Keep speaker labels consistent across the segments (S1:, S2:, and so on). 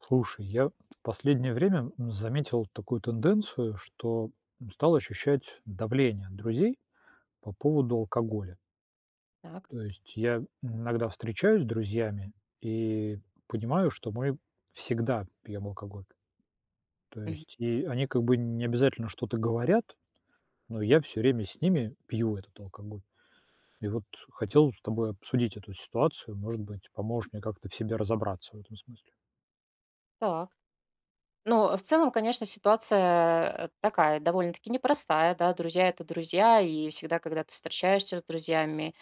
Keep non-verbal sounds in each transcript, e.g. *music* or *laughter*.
S1: Слушай, я в последнее время заметил такую тенденцию, что стал ощущать давление от друзей по поводу алкоголя.
S2: Так.
S1: То есть я иногда встречаюсь с друзьями и понимаю, что мы всегда пьем алкоголь. То
S2: Мгм.
S1: есть и они как бы не обязательно что-то говорят, но я все время с ними пью этот алкоголь. И вот хотел с тобой обсудить эту ситуацию, может быть, поможешь мне как-то в себе разобраться в этом смысле.
S2: Так. Ну, в целом, конечно, ситуация, такая довольно-таки непростая, да. Друзья — это друзья, и всегда, когда ты встречаешься с друзьями,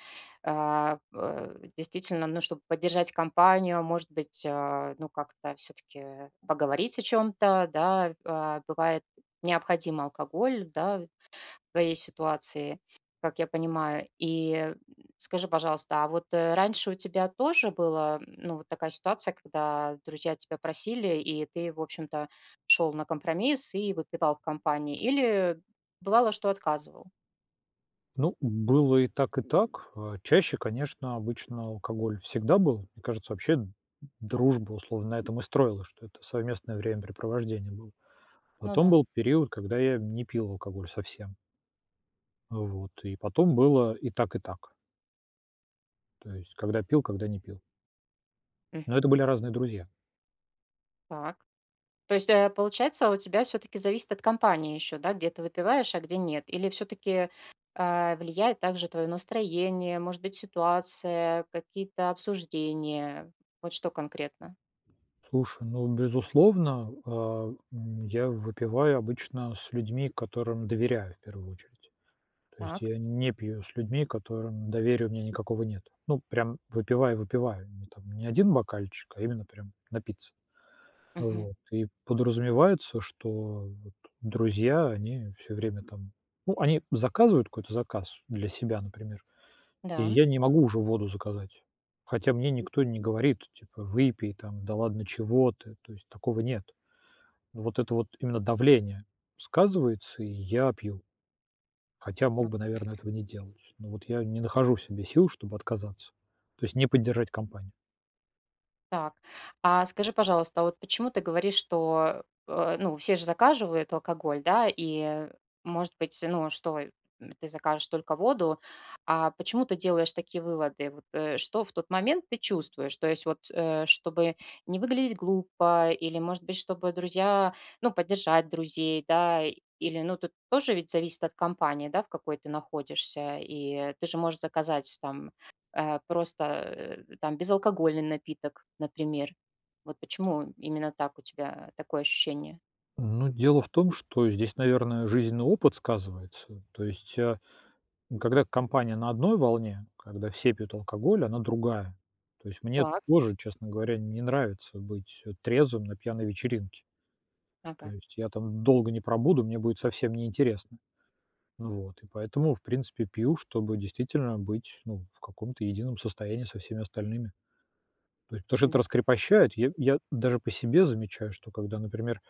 S2: действительно, ну, чтобы поддержать компанию, может быть, ну, как-то все таки поговорить о чем то, да. Бывает необходим алкоголь, да. Твоей ситуации, как я понимаю. И, скажи, пожалуйста, а вот, раньше у тебя тоже была, ну, вот такая ситуация, когда друзья тебя просили, и ты, в общем-то, шел на компромисс и выпивал в компании? Или бывало, что отказывал?
S1: Ну, было и так, и так. Чаще, конечно, обычно алкоголь всегда был. Мне кажется, вообще дружба условно на этом и строилась, что это совместное времяпрепровождение было.
S2: Ну
S1: Потом
S2: да.
S1: был период, когда я не пил алкоголь совсем. Вот. И потом было и так, и так. То есть, когда пил, когда не пил.
S2: Мгм.
S1: Но это были разные друзья.
S2: Так. То есть, получается, у тебя все-таки зависит от компании еще, да, где ты выпиваешь, а где нет? Или все-таки влияет также твое настроение, может быть, ситуация, какие-то обсуждения? Вот что конкретно?
S1: Слушай, ну, безусловно, я выпиваю обычно с людьми, которым доверяю в первую очередь. То есть
S2: Так,
S1: я не пью с людьми, которым доверия у меня никакого нет. Ну, прям выпиваю-выпиваю. Не там не 1 бокальчик, а именно прям напиться.
S2: мгм,
S1: Вот. И подразумевается, что вот друзья, они все время там ну, они заказывают какой-то заказ для себя, например, и
S2: да,
S1: я не могу уже воду заказать. Хотя мне никто не говорит, типа: "Выпей там, да ладно, чего ты?" То есть такого нет. Вот это вот именно давление сказывается, и я пью. Хотя мог бы, наверное, этого не делать. Но вот я не нахожу в себе сил, чтобы отказаться. То есть не поддержать компанию.
S2: так. А скажи, пожалуйста, а вот почему ты говоришь, что, ну, все же заказывают алкоголь, да, и, может быть, ну, что ты закажешь только воду, а почему ты делаешь такие выводы? Вот, что в тот момент ты чувствуешь? То есть вот, чтобы не выглядеть глупо, или, может быть, чтобы друзья, ну, поддержать друзей, да, или, ну, тут тоже ведь зависит от компании, да, в какой ты находишься, и ты же можешь заказать там просто, там безалкогольный напиток, например. Вот почему именно так у тебя такое ощущение?
S1: Ну, дело в том, что здесь, наверное, жизненный опыт сказывается. То есть, когда компания на одной волне, когда все пьют алкоголь, она другая. То есть мне
S2: Так,
S1: тоже, честно говоря, не нравится быть трезвым на пьяной вечеринке. То
S2: ага,
S1: есть я там долго не пробуду, мне будет совсем неинтересно. Ну вот. И поэтому, в принципе, пью, чтобы действительно быть ну, в каком-то едином состоянии со всеми остальными. То есть, потому что это
S2: да,
S1: раскрепощает. Я даже по себе замечаю, что когда, например,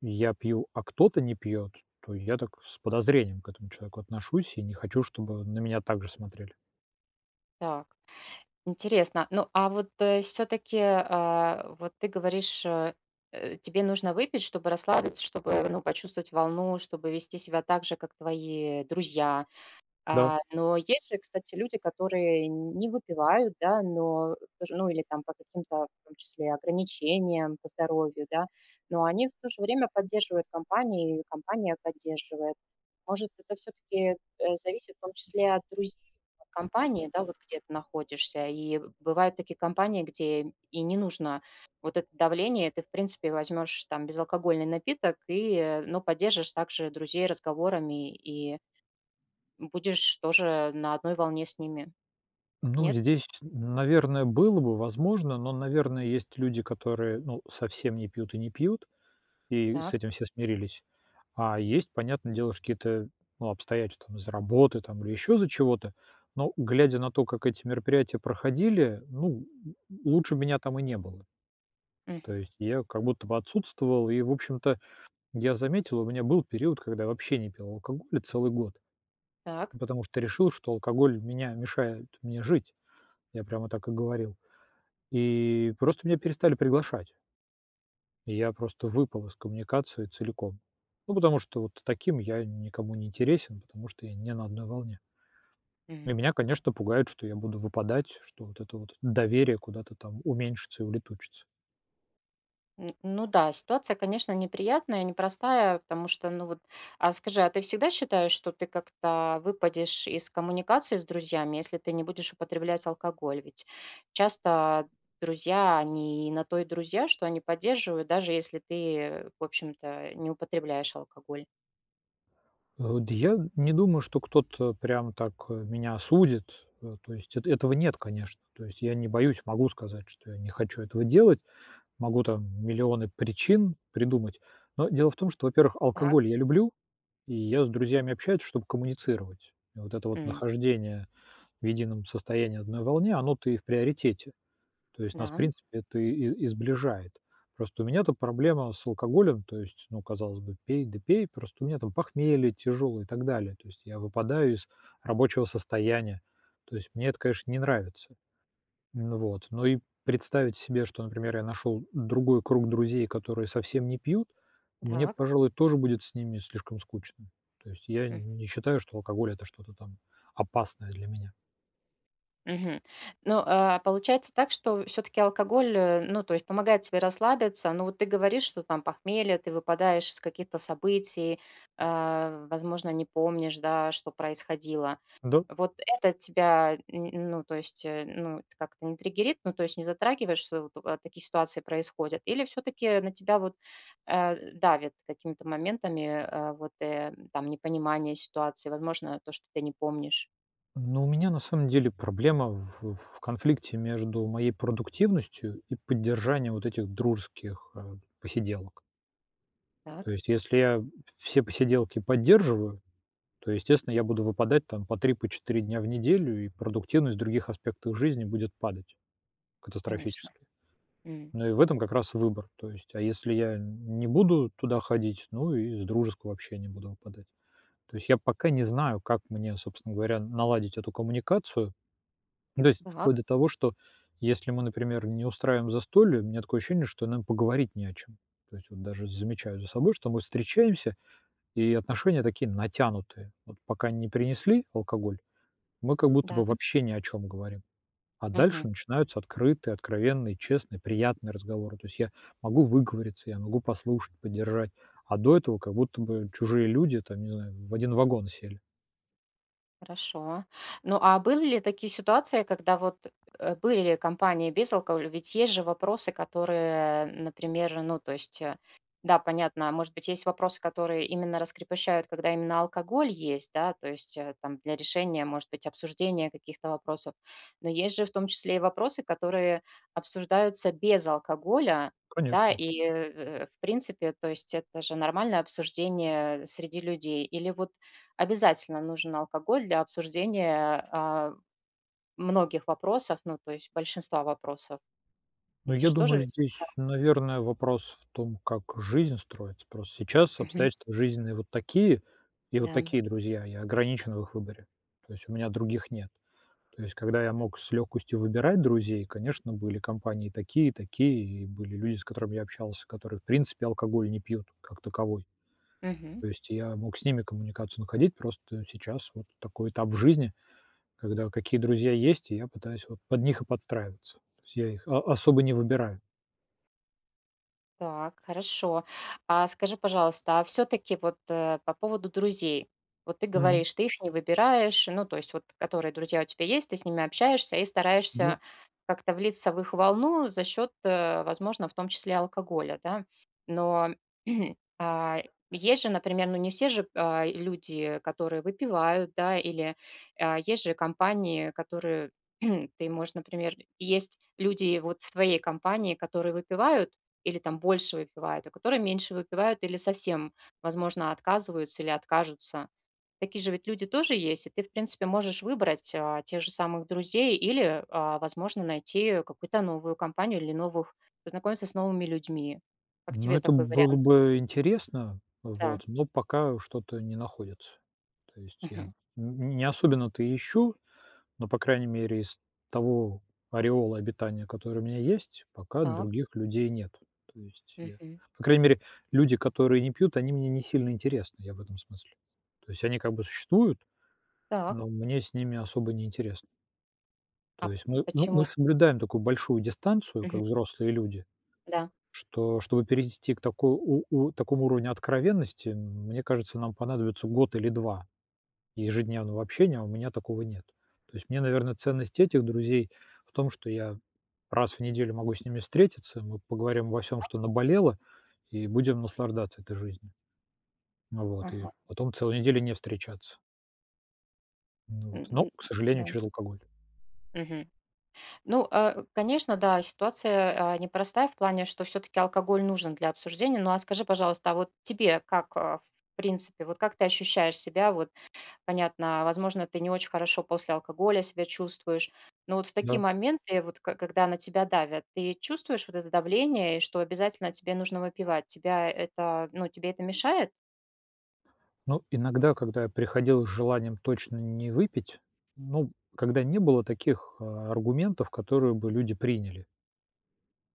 S1: я пью, а кто-то не пьет, то я так с подозрением к этому человеку отношусь и не хочу, чтобы на меня так же смотрели.
S2: так. Интересно. Ну, а вот, все таки вот ты говоришь, тебе нужно выпить, чтобы расслабиться, чтобы, ну, почувствовать волну, чтобы вести себя так же, как твои друзья.
S1: Да.
S2: Но есть же, кстати, люди, которые не выпивают, да, но тоже, ну, или там по каким-то, в том числе, ограничениям по здоровью, да, но они в то же время поддерживают компанию, и компания поддерживает. Может, это все-таки зависит в том числе от друзей, от компании, да, вот где ты находишься. И бывают такие компании, где и не нужно вот это давление, ты, в принципе, возьмешь там безалкогольный напиток и, ну, поддержишь также друзей разговорами и будешь тоже на одной волне с ними.
S1: Ну,
S2: Нет?
S1: здесь, наверное, было бы возможно, но, наверное, есть люди, которые, ну, совсем не пьют и не пьют, и с
S2: Так.
S1: этим все смирились. А есть, понятное дело, что какие-то, ну, обстоятельства там из работы там или еще за чего-то. Но глядя на то, как эти мероприятия проходили, ну, лучше меня там и не было. То
S2: Мгм.
S1: есть я как будто бы отсутствовал, и, в общем-то, я заметил, у меня был период, когда я вообще не пил алкоголь целый год,
S2: Так.
S1: потому что решил, что алкоголь меня мешает мне жить. Я прямо так и говорил. И просто меня перестали приглашать. И я просто выпал из коммуникации целиком. Ну, потому что вот таким я никому не интересен, потому что я не на одной волне. И
S2: Мгм.
S1: меня, конечно, пугает, что я буду выпадать, что вот это вот доверие куда-то там уменьшится и улетучится.
S2: Ну да, ситуация, конечно, неприятная, непростая, потому что, ну вот, а скажи, а ты всегда считаешь, что ты как-то выпадешь из коммуникации с друзьями, если ты не будешь употреблять алкоголь? Ведь часто друзья, они на то и друзья, что они поддерживают, даже если ты, в общем-то, не употребляешь алкоголь.
S1: Вот я не думаю, что кто-то прям так, меня осудит. Э, то есть эт этого нет, конечно. То есть я не боюсь, могу сказать, что я не хочу этого делать. Могу там миллионы причин придумать. Но дело в том, что, во-первых,
S2: Так.
S1: алкоголь я люблю, и я с друзьями общаюсь, чтобы коммуницировать. И вот это вот
S2: М,
S1: нахождение в едином состоянии, одной волне, оно-то и в приоритете. То есть
S2: да,
S1: нас, в принципе, это и сближает. Просто у меня то проблема с алкоголем, то есть, ну, казалось бы, пей да пей, просто у меня там похмелье тяжелое и так далее. То есть я выпадаю из рабочего состояния. То есть мне это, конечно, не нравится. Вот. Но и представить себе, что, например, я нашел другой круг друзей, которые совсем не пьют, мне,
S2: так.
S1: пожалуй, тоже будет с ними слишком скучно. То есть я не считаю, что алкоголь — это что-то там опасное для меня.
S2: Мгм. Ну, получается так, что все таки алкоголь, ну, то есть помогает тебе расслабиться. Но вот ты говоришь, что там похмелье, ты выпадаешь из каких-то событий, а, возможно, не помнишь, да, что происходило.
S1: Да.
S2: Вот это тебя, н ну, то есть, ну, как-то не триггерит, ну, то есть не затрагиваешь, что вот, такие ситуации происходят? Или все таки на тебя вот, давит какими-то моментами, вот, там непонимание ситуации, возможно, то, что ты не помнишь?
S1: Ну, у меня на самом деле проблема в конфликте между моей продуктивностью и поддержанием вот этих дружеских, посиделок.
S2: Так,
S1: То есть если я все посиделки поддерживаю, то, естественно, я буду выпадать там по 3 по 4 дня в неделю, и продуктивность в других аспектах жизни будет падать
S2: конечно.
S1: катастрофически. Ну и в этом как раз выбор. То есть, а если я не буду туда ходить, ну, и с дружеского общения буду выпадать. То есть я пока не знаю, как мне, собственно говоря, наладить эту коммуникацию. Ну, то есть вплоть
S2: Так,
S1: до того, что если мы, например, не устраиваем застолье, у меня такое ощущение, что нам поговорить не о чем. То есть вот даже замечаю за собой, что мы встречаемся, и отношения такие натянутые. Вот пока не принесли алкоголь, мы как будто
S2: да,
S1: бы вообще ни о чем говорим. А
S2: мгм,
S1: дальше начинаются открытые, откровенные, честные, приятные разговоры. То есть я могу выговориться, я могу послушать, поддержать. А до этого как будто бы чужие люди, там, не знаю, в один вагон сели.
S2: хорошо. Ну, а были ли такие ситуации, когда вот, были ли компании без алкоголя? Ведь есть же вопросы, которые, например, ну, то есть, да, понятно, а может быть, есть вопросы, которые именно раскрепощают, когда именно алкоголь есть, да, то есть, там для решения, может быть, обсуждения каких-то вопросов. Но есть же в том числе и вопросы, которые обсуждаются без алкоголя, да,
S1: Конечно.
S2: и, в принципе, то есть это же нормальное обсуждение среди людей. Или вот обязательно нужен алкоголь для обсуждения, многих вопросов, ну, то есть большинства вопросов.
S1: Ну,
S2: Ведь те
S1: я
S2: же тоже
S1: думаю,
S2: ведь
S1: здесь,
S2: да.
S1: наверное, вопрос в том, как жизнь строится. Просто сейчас
S2: Мгм.
S1: обстоятельства жизненные вот такие, и вот
S2: Да.
S1: такие друзья. Я ограничен в их выборе. То есть у меня других нет. То есть когда я мог с легкостью выбирать друзей, конечно, были компании такие, такие, и были люди, с которыми я общался, которые, в принципе, алкоголь не пьют как таковой.
S2: Мгм.
S1: То есть я мог с ними коммуникацию находить, просто сейчас вот такой этап в жизни, когда какие друзья есть, и я пытаюсь вот под них и подстраиваться. То есть я их особо не выбираю.
S2: Так, хорошо. А скажи, пожалуйста, а всё-таки вот, по поводу друзей. Вот ты
S1: Мгм.
S2: говоришь, ты их не выбираешь, ну, то есть вот которые друзья у тебя есть, ты с ними общаешься и
S1: Ну
S2: стараешься как-то влиться в их волну за счет, возможно, в том числе алкоголя, да. Но, *clears throat* а, есть же, например, ну, не все же, люди, которые выпивают, да, или, есть же компании, которые *clears throat* ты можешь, например, есть люди вот в твоей компании, которые выпивают, или там больше выпивают, а которые меньше выпивают или совсем, возможно, отказываются или откажутся. Такие же ведь люди тоже есть, и ты, в принципе, можешь выбрать тех же самых друзей или, возможно, найти какую-то новую компанию или новых, познакомиться с новыми людьми. Как
S1: ну,
S2: тебе
S1: это
S2: такой
S1: было
S2: вариант?
S1: бы интересно,
S2: Да.
S1: вот, но пока что-то не находится. То есть
S2: Мгм.
S1: я н не особенно-то и ищу, но, по крайней мере, из того ореола обитания, который у меня есть, пока
S2: Так.
S1: других людей нет. То есть я
S2: Мгм.
S1: по крайней мере, люди, которые не пьют, они мне не сильно интересны, я в этом смысле. То есть они как бы существуют,
S2: Так.
S1: но мне с ними особо не интересно.
S2: А
S1: То есть мы ну,
S2: почему?
S1: мы соблюдаем такую большую дистанцию,
S2: Мгм.
S1: как взрослые люди.
S2: Да.
S1: Чтобы перейти к такой, у такому уровню откровенности, мне кажется, нам понадобится год или 2 ежедневного общения, а у меня такого нет. То есть мне, наверное, ценность этих друзей в том, что я раз в неделю могу с ними встретиться, мы поговорим обо всем, что наболело, и будем наслаждаться этой жизнью. Ну вот,
S2: Ага.
S1: и потом целую неделю не встречаться. Ну
S2: М,
S1: вот, но,
S2: м,
S1: к
S2: да.
S1: сожалению, через алкоголь.
S2: Мгм. Ну, конечно, да, ситуация, непростая в плане, что все таки алкоголь нужен для обсуждения. Ну, а скажи, пожалуйста, а вот тебе как, в принципе, вот как ты ощущаешь себя? Вот понятно, возможно, ты не очень хорошо после алкоголя себя чувствуешь, но вот в такие
S1: Да.
S2: моменты, вот к когда на тебя давят, ты чувствуешь вот это давление, и что обязательно тебе нужно выпивать? Тебя это, ну, тебе это мешает?
S1: Ну, иногда, когда я приходил с желанием точно не выпить, ну, когда не было таких аргументов, которые бы люди приняли.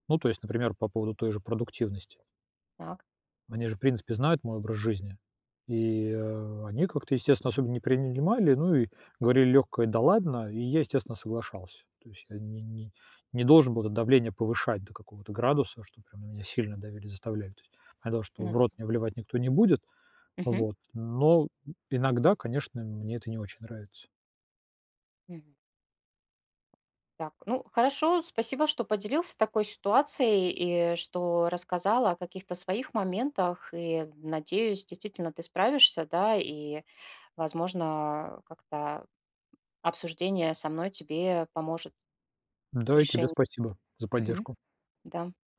S1: Ну, то есть, например, по поводу той же продуктивности.
S2: Так,
S1: Они же, в принципе, знают мой образ жизни. И они как-то, естественно, особенно не принимали, ну и говорили легкое «да ладно», и я, естественно, соглашался. То есть я не должен был это давление повышать до какого-то градуса, что прям на меня сильно давили, заставляли. То есть понятно, что
S2: ну,
S1: в рот мне вливать никто не будет, вот. Но иногда, конечно, мне это не очень нравится.
S2: мгм. Так, ну хорошо, спасибо, что поделился такой ситуацией и что рассказала о каких-то своих моментах. И надеюсь, действительно ты справишься, да, и, возможно, как-то обсуждение со мной тебе поможет в
S1: Да, и тебе
S2: решении.
S1: спасибо за
S2: Мгм.
S1: поддержку.
S2: Да.